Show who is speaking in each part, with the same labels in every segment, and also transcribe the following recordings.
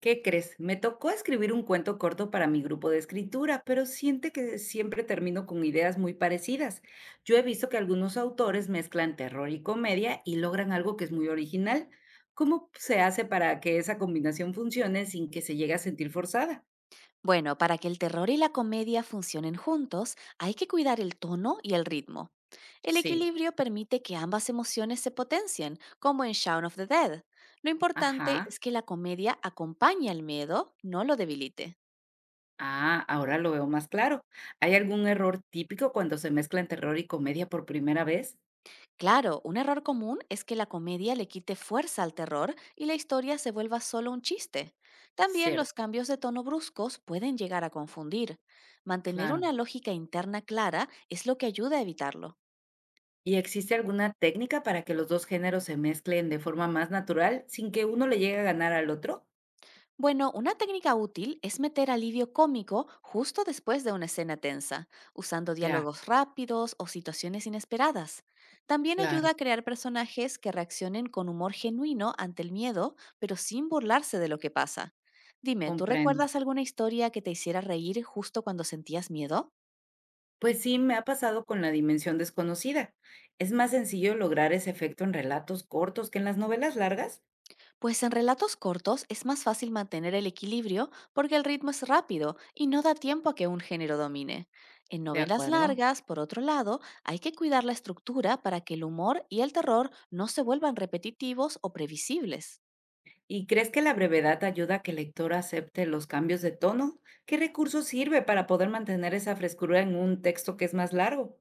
Speaker 1: ¿Qué crees? Me tocó escribir un cuento corto para mi grupo de escritura, pero siente que siempre termino con ideas muy parecidas. Yo he visto que algunos autores mezclan terror y comedia y logran algo que es muy original. ¿Cómo se hace para que esa combinación funcione sin que se llegue a sentir forzada?
Speaker 2: Bueno, para que el terror y la comedia funcionen juntos, hay que cuidar el tono y el ritmo. El
Speaker 1: Sí.
Speaker 2: equilibrio permite que ambas emociones se potencien, como en Shaun of the Dead. Lo importante
Speaker 1: Ajá.
Speaker 2: es que la comedia acompañe al miedo, no lo debilite.
Speaker 1: Ah, ahora lo veo más claro. ¿Hay algún error típico cuando se mezclan terror y comedia por primera vez?
Speaker 2: Claro, un error común es que la comedia le quite fuerza al terror y la historia se vuelva solo un chiste. También los
Speaker 1: Cierto,
Speaker 2: cambios de tono bruscos pueden llegar a confundir. Mantener
Speaker 1: claro.
Speaker 2: una lógica interna clara es lo que ayuda a evitarlo.
Speaker 1: ¿Y existe alguna técnica para que los dos géneros se mezclen de forma más natural sin que uno le llegue a ganar al otro?
Speaker 2: Bueno, una técnica útil es meter alivio cómico justo después de una escena tensa, usando
Speaker 1: Ya,
Speaker 2: diálogos rápidos o situaciones inesperadas. También
Speaker 1: claro,
Speaker 2: ayuda a crear personajes que reaccionen con humor genuino ante el miedo, pero sin burlarse de lo que pasa. Dime, ¿tú
Speaker 1: comprendo.
Speaker 2: recuerdas alguna historia que te hiciera reír justo cuando sentías miedo?
Speaker 1: Pues sí, me ha pasado con la dimensión desconocida. Es más sencillo lograr ese efecto en relatos cortos que en las novelas largas.
Speaker 2: Pues en relatos cortos es más fácil mantener el equilibrio porque el ritmo es rápido y no da tiempo a que un género domine. En
Speaker 1: De
Speaker 2: novelas
Speaker 1: acuerdo.
Speaker 2: largas, por otro lado, hay que cuidar la estructura para que el humor y el terror no se vuelvan repetitivos o previsibles.
Speaker 1: ¿Y crees que la brevedad ayuda a que el lector acepte los cambios de tono? ¿Qué recurso sirve para poder mantener esa frescura en un texto que es más largo?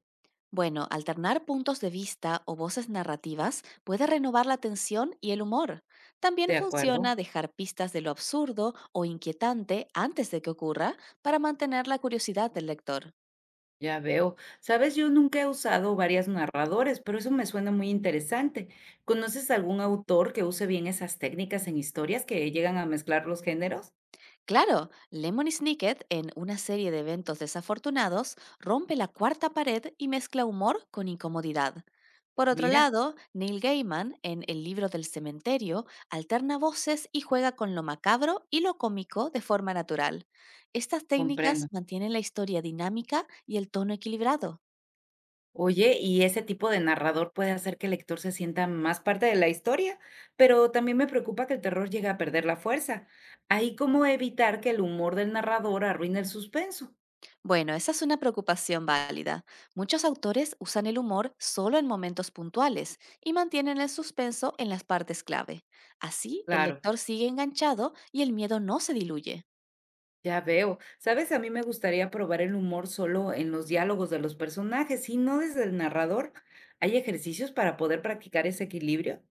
Speaker 2: Bueno, alternar puntos de vista o voces narrativas puede renovar la tensión y el humor. También
Speaker 1: De acuerdo.
Speaker 2: funciona dejar pistas de lo absurdo o inquietante antes de que ocurra para mantener la curiosidad del lector.
Speaker 1: Ya veo. Sabes, yo nunca he usado varias narradores, pero eso me suena muy interesante. ¿Conoces algún autor que use bien esas técnicas en historias que llegan a mezclar los géneros?
Speaker 2: Claro, Lemony Snicket, en una serie de eventos desafortunados, rompe la cuarta pared y mezcla humor con incomodidad. Por otro
Speaker 1: Mira,
Speaker 2: lado, Neil Gaiman, en El libro del cementerio, alterna voces y juega con lo macabro y lo cómico de forma natural. Estas técnicas
Speaker 1: comprendo.
Speaker 2: mantienen la historia dinámica y el tono equilibrado.
Speaker 1: Oye, ¿y ese tipo de narrador puede hacer que el lector se sienta más parte de la historia? Pero también me preocupa que el terror llegue a perder la fuerza. ¿Ahí cómo evitar que el humor del narrador arruine el suspenso?
Speaker 2: Bueno, esa es una preocupación válida. Muchos autores usan el humor solo en momentos puntuales y mantienen el suspenso en las partes clave. Así, el
Speaker 1: Claro.
Speaker 2: lector sigue enganchado y el miedo no se diluye.
Speaker 1: Ya veo. ¿Sabes? A mí me gustaría probar el humor solo en los diálogos de los personajes y no desde el narrador. ¿Hay ejercicios para poder practicar ese equilibrio?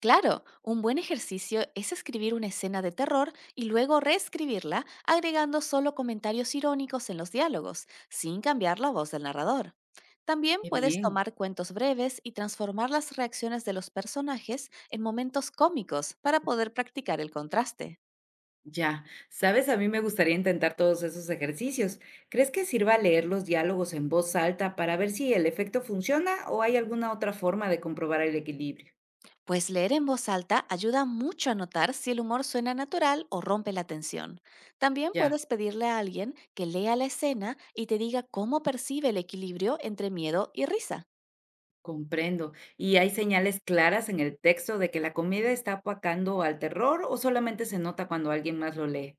Speaker 2: Claro, un buen ejercicio es escribir una escena de terror y luego reescribirla agregando solo comentarios irónicos en los diálogos, sin cambiar la voz del narrador. También
Speaker 1: Qué
Speaker 2: puedes
Speaker 1: bien.
Speaker 2: tomar cuentos breves y transformar las reacciones de los personajes en momentos cómicos para poder practicar el contraste.
Speaker 1: Ya. ¿Sabes? A mí me gustaría intentar todos esos ejercicios. ¿Crees que sirva leer los diálogos en voz alta para ver si el efecto funciona o hay alguna otra forma de comprobar el equilibrio?
Speaker 2: Pues leer en voz alta ayuda mucho a notar si el humor suena natural o rompe la tensión. También
Speaker 1: Ya,
Speaker 2: puedes pedirle a alguien que lea la escena y te diga cómo percibe el equilibrio entre miedo y risa.
Speaker 1: comprendo. ¿Y hay señales claras en el texto de que la comedia está apacando al terror o solamente se nota cuando alguien más lo lee?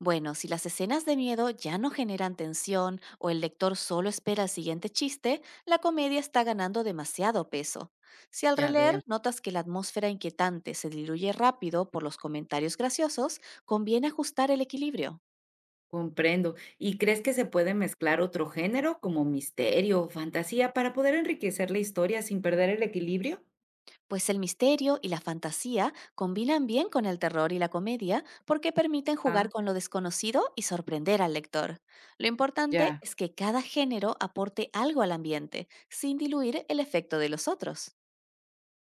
Speaker 2: Bueno, si las escenas de miedo ya no generan tensión o el lector solo espera el siguiente chiste, la comedia está ganando demasiado peso. Si al
Speaker 1: Ya veo.
Speaker 2: releer notas que la atmósfera inquietante se diluye rápido por los comentarios graciosos, conviene ajustar el equilibrio.
Speaker 1: Comprendo. ¿Y crees que se puede mezclar otro género como misterio o fantasía para poder enriquecer la historia sin perder el equilibrio?
Speaker 2: Pues el misterio y la fantasía combinan bien con el terror y la comedia porque permiten jugar
Speaker 1: Ah,
Speaker 2: con lo desconocido y sorprender al lector. Lo importante
Speaker 1: ya.
Speaker 2: es que cada género aporte algo al ambiente, sin diluir el efecto de los otros.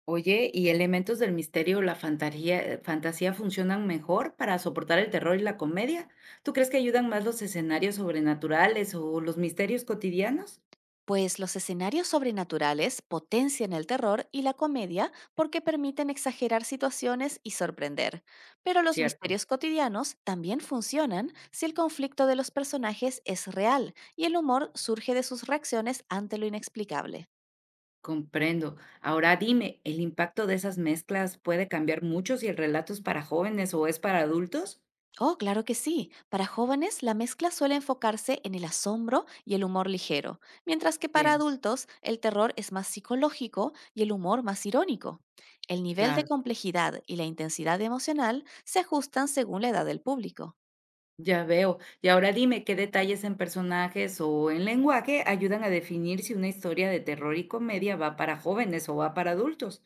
Speaker 1: Oye, ¿y elementos del misterio o la fantasía funcionan mejor para soportar el terror y la comedia? ¿Tú crees que ayudan más los escenarios sobrenaturales o los misterios cotidianos?
Speaker 2: Pues los escenarios sobrenaturales potencian el terror y la comedia porque permiten exagerar situaciones y sorprender. Pero los
Speaker 1: Cierto,
Speaker 2: misterios cotidianos también funcionan si el conflicto de los personajes es real y el humor surge de sus reacciones ante lo inexplicable.
Speaker 1: comprendo. Ahora dime, ¿el impacto de esas mezclas puede cambiar mucho si el relato es para jóvenes o es para adultos?
Speaker 2: Oh, claro que sí. Para jóvenes, la mezcla suele enfocarse en el asombro y el humor ligero, mientras que para
Speaker 1: Bien,
Speaker 2: adultos, el terror es más psicológico y el humor más irónico. El nivel de
Speaker 1: claro.
Speaker 2: complejidad y la intensidad emocional se ajustan según la edad del público.
Speaker 1: Ya veo. Y ahora dime, ¿qué detalles en personajes o en lenguaje ayudan a definir si una historia de terror y comedia va para jóvenes o va para adultos?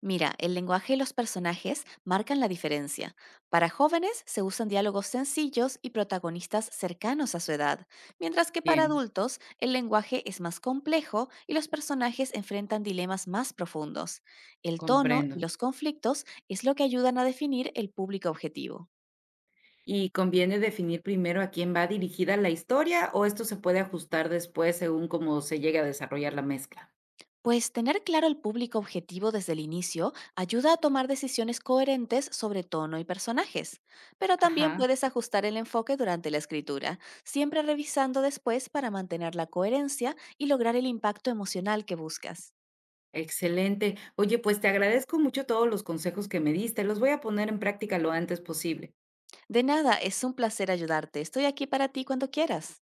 Speaker 2: Mira, el lenguaje y los personajes marcan la diferencia. Para jóvenes se usan diálogos sencillos y protagonistas cercanos a su edad, mientras que para
Speaker 1: Bien,
Speaker 2: adultos el lenguaje es más complejo y los personajes enfrentan dilemas más profundos. El tono y
Speaker 1: comprendo.
Speaker 2: los conflictos es lo que ayudan a definir el público objetivo.
Speaker 1: ¿Y conviene definir primero a quién va dirigida la historia o esto se puede ajustar después según cómo se llegue a desarrollar la mezcla?
Speaker 2: Pues tener claro el público objetivo desde el inicio ayuda a tomar decisiones coherentes sobre tono y personajes, pero también
Speaker 1: Ajá,
Speaker 2: puedes ajustar el enfoque durante la escritura, siempre revisando después para mantener la coherencia y lograr el impacto emocional que buscas.
Speaker 1: excelente. Oye, pues te agradezco mucho todos los consejos que me diste. Los voy a poner en práctica lo antes posible.
Speaker 2: De nada, es un placer ayudarte. Estoy aquí para ti cuando quieras.